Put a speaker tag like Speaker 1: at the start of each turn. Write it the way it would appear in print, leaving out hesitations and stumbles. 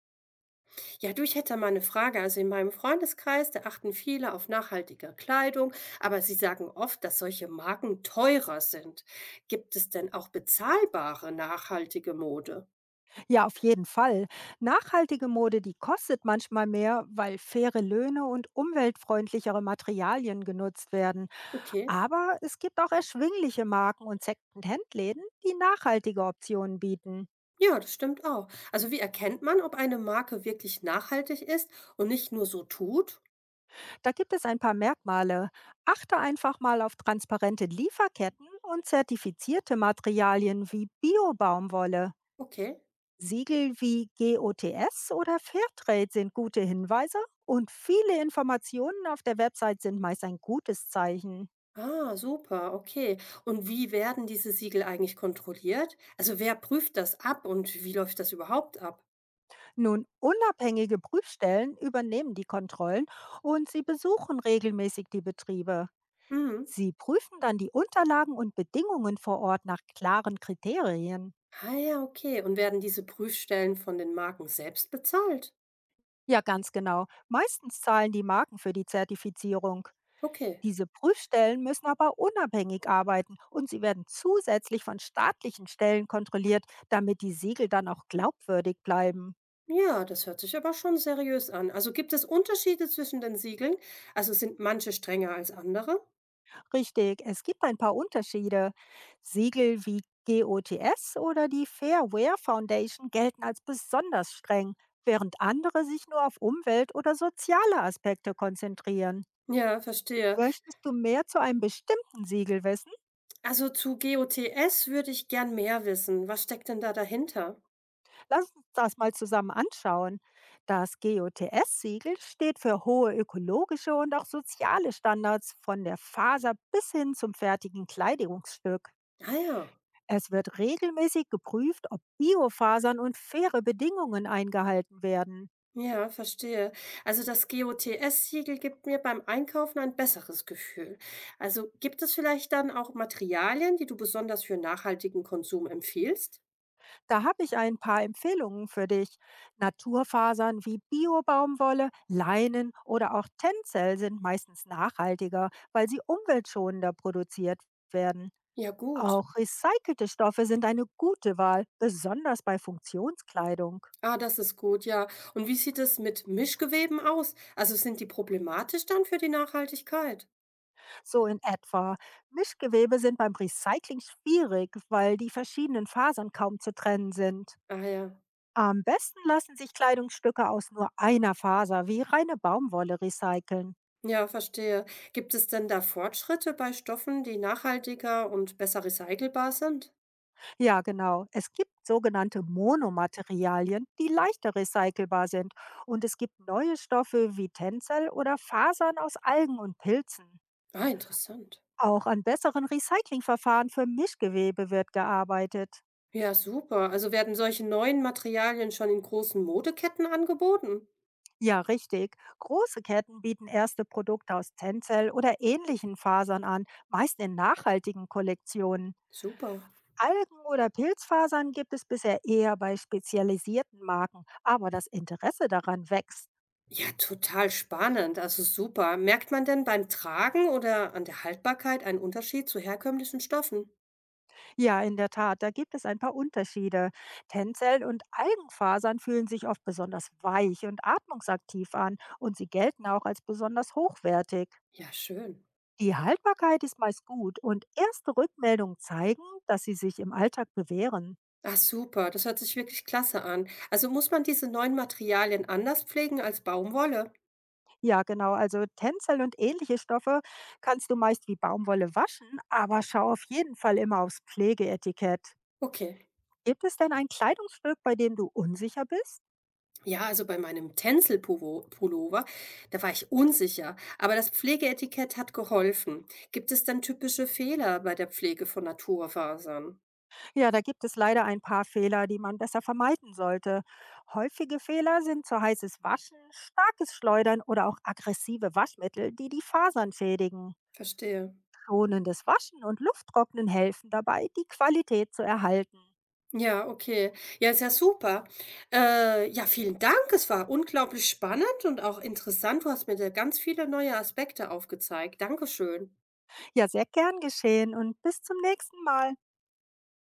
Speaker 1: Ja, du, ich hätte da mal eine Frage. Also in meinem Freundeskreis, da achten viele auf nachhaltige Kleidung, aber sie sagen oft, dass solche Marken teurer sind. Gibt es denn auch bezahlbare nachhaltige Mode?
Speaker 2: Ja, auf jeden Fall. Nachhaltige Mode, die kostet manchmal mehr, weil faire Löhne und umweltfreundlichere Materialien genutzt werden.
Speaker 1: Okay.
Speaker 2: Aber es gibt auch erschwingliche Marken und Second-Hand-Läden, die nachhaltige Optionen bieten.
Speaker 1: Ja, das stimmt auch. Also wie erkennt man, ob eine Marke wirklich nachhaltig ist und nicht nur so tut?
Speaker 2: Da gibt es ein paar Merkmale. Achte einfach mal auf transparente Lieferketten und zertifizierte Materialien wie Bio-Baumwolle.
Speaker 1: Okay.
Speaker 2: Siegel wie GOTS oder Fairtrade sind gute Hinweise und viele Informationen auf der Website sind meist ein gutes Zeichen.
Speaker 1: Ah, super, okay. Und wie werden diese Siegel eigentlich kontrolliert? Also wer prüft das ab und wie läuft das überhaupt ab?
Speaker 2: Nun, unabhängige Prüfstellen übernehmen die Kontrollen und sie besuchen regelmäßig die Betriebe.
Speaker 1: Mhm.
Speaker 2: Sie prüfen dann die Unterlagen und Bedingungen vor Ort nach klaren Kriterien.
Speaker 1: Ah ja, okay. Und werden diese Prüfstellen von den Marken selbst bezahlt?
Speaker 2: Ja, ganz genau. Meistens zahlen die Marken für die Zertifizierung.
Speaker 1: Okay.
Speaker 2: Diese Prüfstellen müssen aber unabhängig arbeiten und sie werden zusätzlich von staatlichen Stellen kontrolliert, damit die Siegel dann auch glaubwürdig bleiben.
Speaker 1: Ja, das hört sich aber schon seriös an. Also gibt es Unterschiede zwischen den Siegeln? Also sind manche strenger als andere?
Speaker 2: Richtig, es gibt ein paar Unterschiede. Siegel wie GOTS oder die Fairware Foundation gelten als besonders streng, während andere sich nur auf Umwelt- oder soziale Aspekte konzentrieren.
Speaker 1: Ja, verstehe.
Speaker 2: Möchtest du mehr zu einem bestimmten Siegel wissen?
Speaker 1: Also zu GOTS würde ich gern mehr wissen. Was steckt denn da dahinter?
Speaker 2: Lass uns das mal zusammen anschauen. Das GOTS-Siegel steht für hohe ökologische und auch soziale Standards von der Faser bis hin zum fertigen Kleidungsstück.
Speaker 1: Ah ja.
Speaker 2: Es wird regelmäßig geprüft, ob Biofasern und faire Bedingungen eingehalten werden.
Speaker 1: Ja, verstehe. Also das GOTS-Siegel gibt mir beim Einkaufen ein besseres Gefühl. Also gibt es vielleicht dann auch Materialien, die du besonders für nachhaltigen Konsum empfiehlst?
Speaker 2: Da habe ich ein paar Empfehlungen für dich. Naturfasern wie Biobaumwolle, Leinen oder auch Tencel sind meistens nachhaltiger, weil sie umweltschonender produziert werden.
Speaker 1: Ja, gut.
Speaker 2: Auch recycelte Stoffe sind eine gute Wahl, besonders bei Funktionskleidung.
Speaker 1: Ah, das ist gut, ja. Und wie sieht es mit Mischgeweben aus? Also sind die problematisch dann für die Nachhaltigkeit?
Speaker 2: So in etwa. Mischgewebe sind beim Recycling schwierig, weil die verschiedenen Fasern kaum zu trennen sind.
Speaker 1: Ah ja,
Speaker 2: Am besten lassen sich Kleidungsstücke aus nur einer Faser, wie reine Baumwolle, recyceln.
Speaker 1: ja, verstehe. Gibt es denn da Fortschritte bei Stoffen, die nachhaltiger und besser recycelbar sind?
Speaker 2: Ja, genau. Es gibt sogenannte Monomaterialien, die leichter recycelbar sind. Und es gibt neue Stoffe wie Tencel oder Fasern aus Algen und Pilzen.
Speaker 1: Ah, interessant.
Speaker 2: Auch an besseren Recyclingverfahren für Mischgewebe wird gearbeitet.
Speaker 1: Ja, super. Also werden solche neuen Materialien schon in großen Modeketten angeboten?
Speaker 2: Ja, richtig. Große Ketten bieten erste Produkte aus Tencel oder ähnlichen Fasern an, meist in nachhaltigen Kollektionen.
Speaker 1: Super.
Speaker 2: Algen- oder Pilzfasern gibt es bisher eher bei spezialisierten Marken, aber das Interesse daran wächst.
Speaker 1: Ja, total spannend. Also super. Merkt man denn beim Tragen oder an der Haltbarkeit einen Unterschied zu herkömmlichen Stoffen?
Speaker 2: Ja, in der Tat, da gibt es ein paar Unterschiede. Tencel und Algenfasern fühlen sich oft besonders weich und atmungsaktiv an und sie gelten auch als besonders hochwertig.
Speaker 1: Ja, schön.
Speaker 2: Die Haltbarkeit ist meist gut und erste Rückmeldungen zeigen, dass sie sich im Alltag bewähren.
Speaker 1: Ah, super, das hört sich wirklich klasse an. Also muss man diese neuen Materialien anders pflegen als Baumwolle?
Speaker 2: Ja, genau, also Tencel und ähnliche Stoffe kannst du meist wie Baumwolle waschen, aber schau auf jeden Fall immer aufs Pflegeetikett.
Speaker 1: Okay.
Speaker 2: Gibt es denn ein Kleidungsstück, bei dem du unsicher bist?
Speaker 1: Ja, also bei meinem Tencel-Pullover, da war ich unsicher, aber das Pflegeetikett hat geholfen. Gibt es dann typische Fehler bei der Pflege von Naturfasern?
Speaker 2: Ja, da gibt es leider ein paar Fehler, die man besser vermeiden sollte. Häufige Fehler sind zu heißes Waschen, starkes Schleudern oder auch aggressive Waschmittel, die die Fasern schädigen.
Speaker 1: Verstehe.
Speaker 2: Schonendes Waschen und Lufttrocknen helfen dabei, die Qualität zu erhalten.
Speaker 1: Ja, okay. Ja, ist ja super. Ja, vielen Dank. Es war unglaublich spannend und auch interessant. Du hast mir da ganz viele neue Aspekte aufgezeigt. Dankeschön.
Speaker 2: Ja, sehr gern geschehen und bis zum nächsten Mal.